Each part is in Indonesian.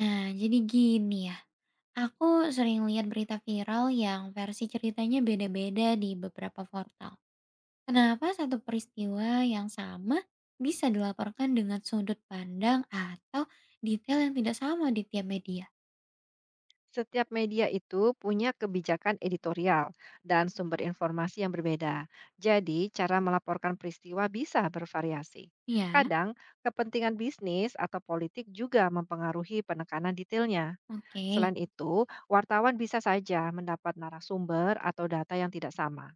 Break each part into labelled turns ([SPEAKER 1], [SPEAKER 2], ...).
[SPEAKER 1] Nah, jadi gini ya. Aku sering lihat berita viral yang versi ceritanya beda-beda di beberapa portal. Kenapa satu peristiwa yang sama bisa dilaporkan dengan sudut pandang atau detail yang tidak sama di tiap media?
[SPEAKER 2] Setiap media itu punya kebijakan editorial dan sumber informasi yang berbeda. Jadi, cara melaporkan peristiwa bisa bervariasi.
[SPEAKER 1] Ya,
[SPEAKER 2] Kadang, kepentingan bisnis atau politik juga mempengaruhi penekanan detailnya.
[SPEAKER 1] oke,
[SPEAKER 2] Selain itu, wartawan bisa saja mendapat narasumber atau data yang tidak sama.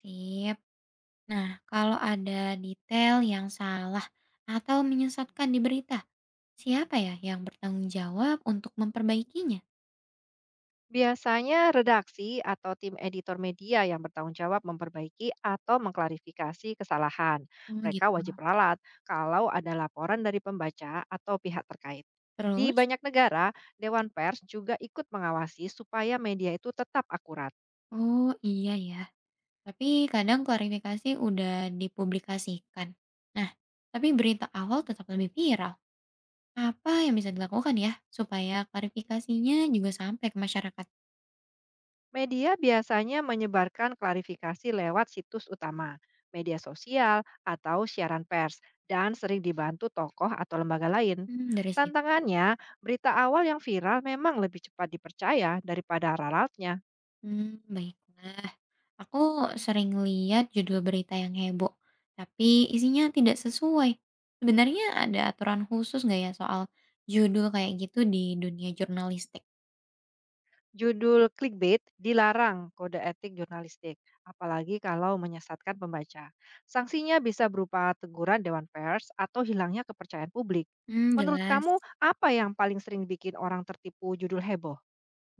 [SPEAKER 1] sip. Nah, kalau ada detail yang salah atau menyesatkan di berita, siapa ya yang bertanggung jawab untuk memperbaikinya?
[SPEAKER 2] Biasanya redaksi atau tim editor media yang bertanggung jawab memperbaiki atau mengklarifikasi kesalahan.
[SPEAKER 1] Oh
[SPEAKER 2] Mereka
[SPEAKER 1] gitu.
[SPEAKER 2] wajib ralat kalau ada laporan dari pembaca atau pihak terkait. Di
[SPEAKER 1] Terus?
[SPEAKER 2] banyak negara, dewan pers juga ikut mengawasi supaya media itu tetap akurat.
[SPEAKER 1] Oh iya ya. Tapi kadang klarifikasi udah dipublikasikan. Nah, tapi berita awal tetap lebih viral. Apa yang bisa dilakukan ya supaya klarifikasinya juga sampai ke masyarakat?
[SPEAKER 2] Media biasanya menyebarkan klarifikasi lewat situs utama, media sosial, atau siaran pers, dan sering dibantu tokoh atau lembaga lain.
[SPEAKER 1] Hmm, dari situ.
[SPEAKER 2] Tantangannya, berita awal yang viral memang lebih cepat dipercaya daripada ralatnya.
[SPEAKER 1] Hmm, baiklah. Aku sering lihat judul berita yang heboh, tapi isinya tidak sesuai. Sebenarnya ada aturan khusus nggak ya soal judul kayak gitu di dunia jurnalistik?
[SPEAKER 2] Judul clickbait dilarang kode etik jurnalistik, apalagi kalau menyesatkan pembaca. Sanksinya bisa berupa teguran dewan pers atau hilangnya kepercayaan publik.
[SPEAKER 1] Hmm,
[SPEAKER 2] Menurut
[SPEAKER 1] jelas.
[SPEAKER 2] kamu, apa yang paling sering bikin orang tertipu judul heboh?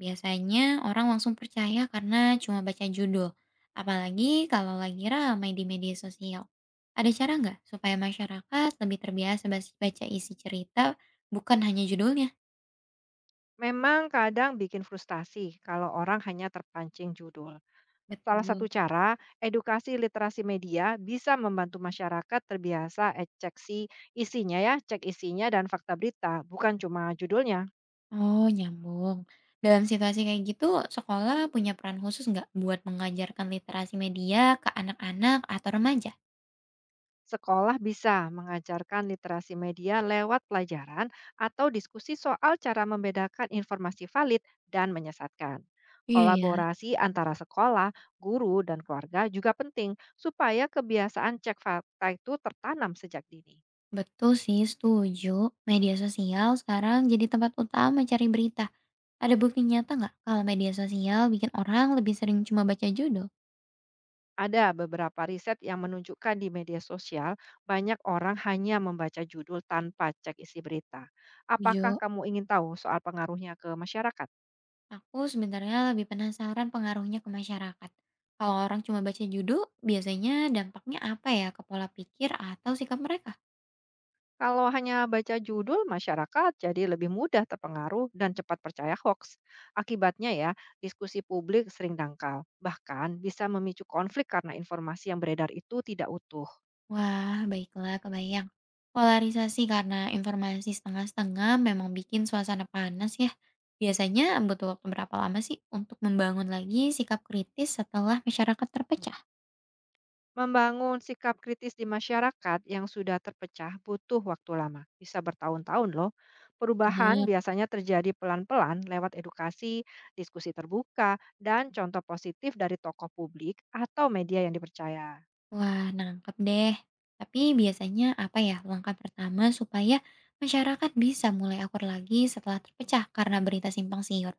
[SPEAKER 1] Biasanya orang langsung percaya karena cuma baca judul, apalagi kalau lagi ramai di media sosial. Ada cara nggak supaya masyarakat lebih terbiasa baca isi cerita, bukan hanya judulnya?
[SPEAKER 2] Memang kadang bikin frustasi kalau orang hanya terpancing judul. Salah satu
[SPEAKER 1] Betul.
[SPEAKER 2] cara, edukasi literasi media bisa membantu masyarakat terbiasa cek isinya ya, cek isinya dan fakta berita, bukan cuma judulnya.
[SPEAKER 1] Oh, nyambung. Dalam situasi kayak gitu, sekolah punya peran khusus nggak buat mengajarkan literasi media ke anak-anak atau remaja?
[SPEAKER 2] Sekolah bisa mengajarkan literasi media lewat pelajaran atau diskusi soal cara membedakan informasi valid dan menyesatkan.
[SPEAKER 1] Iya ya.
[SPEAKER 2] Kolaborasi antara sekolah, guru, dan keluarga juga penting supaya kebiasaan cek fakta itu tertanam sejak dini.
[SPEAKER 1] Betul sih, setuju. Media sosial sekarang jadi tempat utama cari berita. Ada bukti nyata nggak kalau media sosial bikin orang lebih sering cuma baca judul?
[SPEAKER 2] Ada beberapa riset yang menunjukkan di media sosial banyak orang hanya membaca judul tanpa cek isi berita. Apakah
[SPEAKER 1] Setuju.
[SPEAKER 2] kamu ingin tahu soal pengaruhnya ke masyarakat?
[SPEAKER 1] Aku sebenarnya lebih penasaran pengaruhnya ke masyarakat. Kalau orang cuma baca judul, biasanya dampaknya apa ya ke pola pikir atau sikap mereka?
[SPEAKER 2] Kalau hanya baca judul, masyarakat jadi lebih mudah terpengaruh dan cepat percaya hoax. Akibatnya ya, diskusi publik sering dangkal. Bahkan bisa memicu konflik karena informasi yang beredar itu tidak utuh.
[SPEAKER 1] Wah, baiklah, kebayang. Polarisasi karena informasi setengah-setengah memang bikin suasana panas ya. Biasanya butuh waktu berapa lama sih untuk membangun lagi sikap kritis setelah masyarakat terpecah?
[SPEAKER 2] Membangun sikap kritis di masyarakat yang sudah terpecah butuh waktu lama, bisa bertahun-tahun loh. Perubahan
[SPEAKER 1] Benar.
[SPEAKER 2] biasanya terjadi pelan-pelan lewat edukasi, diskusi terbuka, dan contoh positif dari tokoh publik atau media yang dipercaya.
[SPEAKER 1] Wah, nangkep deh. Tapi biasanya apa ya langkah pertama supaya masyarakat bisa mulai akur lagi setelah terpecah karena berita simpang siur?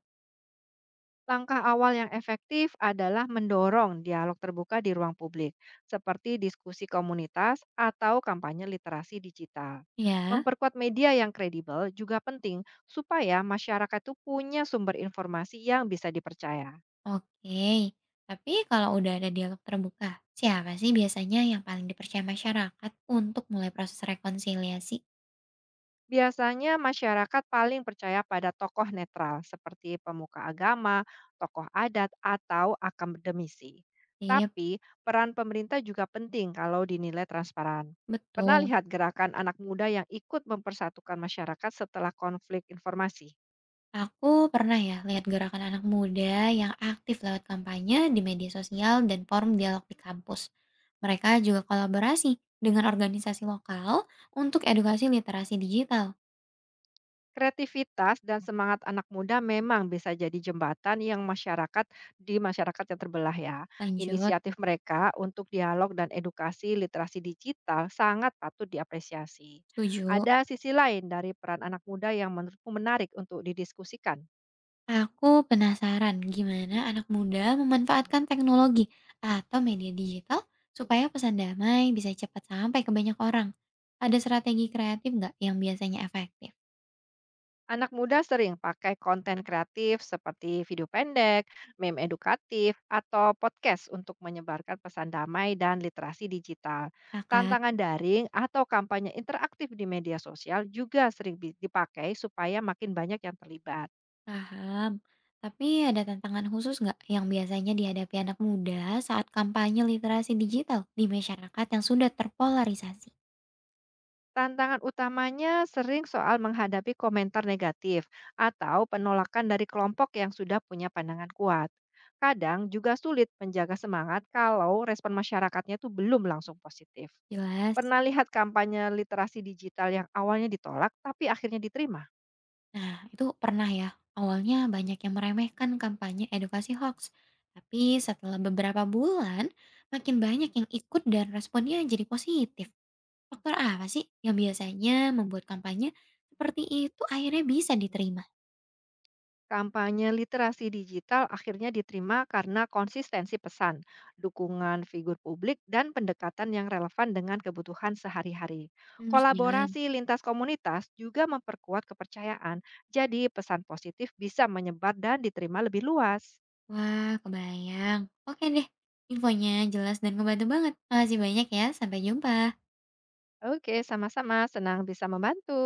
[SPEAKER 2] Langkah awal yang efektif adalah mendorong dialog terbuka di ruang publik, seperti diskusi komunitas atau kampanye literasi digital.
[SPEAKER 1] Ya.
[SPEAKER 2] Memperkuat media yang kredibel juga penting supaya masyarakat itu punya sumber informasi yang bisa dipercaya.
[SPEAKER 1] Oke, tapi kalau udah ada dialog terbuka, siapa sih biasanya yang paling dipercaya masyarakat untuk mulai proses rekonsiliasi?
[SPEAKER 2] Biasanya masyarakat paling percaya pada tokoh netral seperti pemuka agama, tokoh adat, atau akademisi.
[SPEAKER 1] Iya,
[SPEAKER 2] Tapi peran pemerintah juga penting kalau dinilai transparan. Pernah
[SPEAKER 1] betul.
[SPEAKER 2] lihat gerakan anak muda yang ikut mempersatukan masyarakat setelah konflik informasi?
[SPEAKER 1] Aku pernah ya lihat gerakan anak muda yang aktif lewat kampanye di media sosial dan forum dialog di kampus. Mereka juga kolaborasi dengan organisasi lokal untuk edukasi literasi digital.
[SPEAKER 2] Kreativitas dan semangat anak muda memang bisa jadi jembatan yang masyarakat di masyarakat yang terbelah ya.
[SPEAKER 1] Lanjut,
[SPEAKER 2] Inisiatif mereka untuk dialog dan edukasi literasi digital sangat patut diapresiasi.
[SPEAKER 1] setuju.
[SPEAKER 2] Ada sisi lain dari peran anak muda yang menurutmu menarik untuk didiskusikan.
[SPEAKER 1] Aku penasaran gimana anak muda memanfaatkan teknologi atau media digital supaya pesan damai bisa cepat sampai ke banyak orang. Ada strategi kreatif nggak yang biasanya efektif?
[SPEAKER 2] Anak muda sering pakai konten kreatif seperti video pendek, meme edukatif, atau podcast untuk menyebarkan pesan damai dan literasi digital.
[SPEAKER 1] Pakat,
[SPEAKER 2] Tantangan daring atau kampanye interaktif di media sosial juga sering dipakai supaya makin banyak yang terlibat.
[SPEAKER 1] paham. Tapi ada tantangan khusus nggak yang biasanya dihadapi anak muda saat kampanye literasi digital di masyarakat yang sudah terpolarisasi?
[SPEAKER 2] Tantangan utamanya sering soal menghadapi komentar negatif atau penolakan dari kelompok yang sudah punya pandangan kuat. Kadang juga sulit menjaga semangat kalau respon masyarakatnya itu belum langsung positif.
[SPEAKER 1] Jelas.
[SPEAKER 2] Pernah lihat kampanye literasi digital yang awalnya ditolak tapi akhirnya diterima?
[SPEAKER 1] Nah, itu pernah ya. Awalnya banyak yang meremehkan kampanye edukasi hoax. Tapi setelah beberapa bulan, makin banyak yang ikut dan responnya jadi positif. Faktor apa sih yang biasanya membuat kampanye seperti itu akhirnya bisa diterima?
[SPEAKER 2] Kampanye literasi digital akhirnya diterima karena konsistensi pesan, dukungan figur publik, dan pendekatan yang relevan dengan kebutuhan sehari-hari.
[SPEAKER 1] Hmm, sejalan.
[SPEAKER 2] Kolaborasi lintas komunitas juga memperkuat kepercayaan, jadi pesan positif bisa menyebar dan diterima lebih luas.
[SPEAKER 1] Wah, kebayang. Oke deh, infonya jelas dan ngebantu banget. Makasih banyak ya, sampai jumpa.
[SPEAKER 2] Oke, sama-sama senang bisa membantu.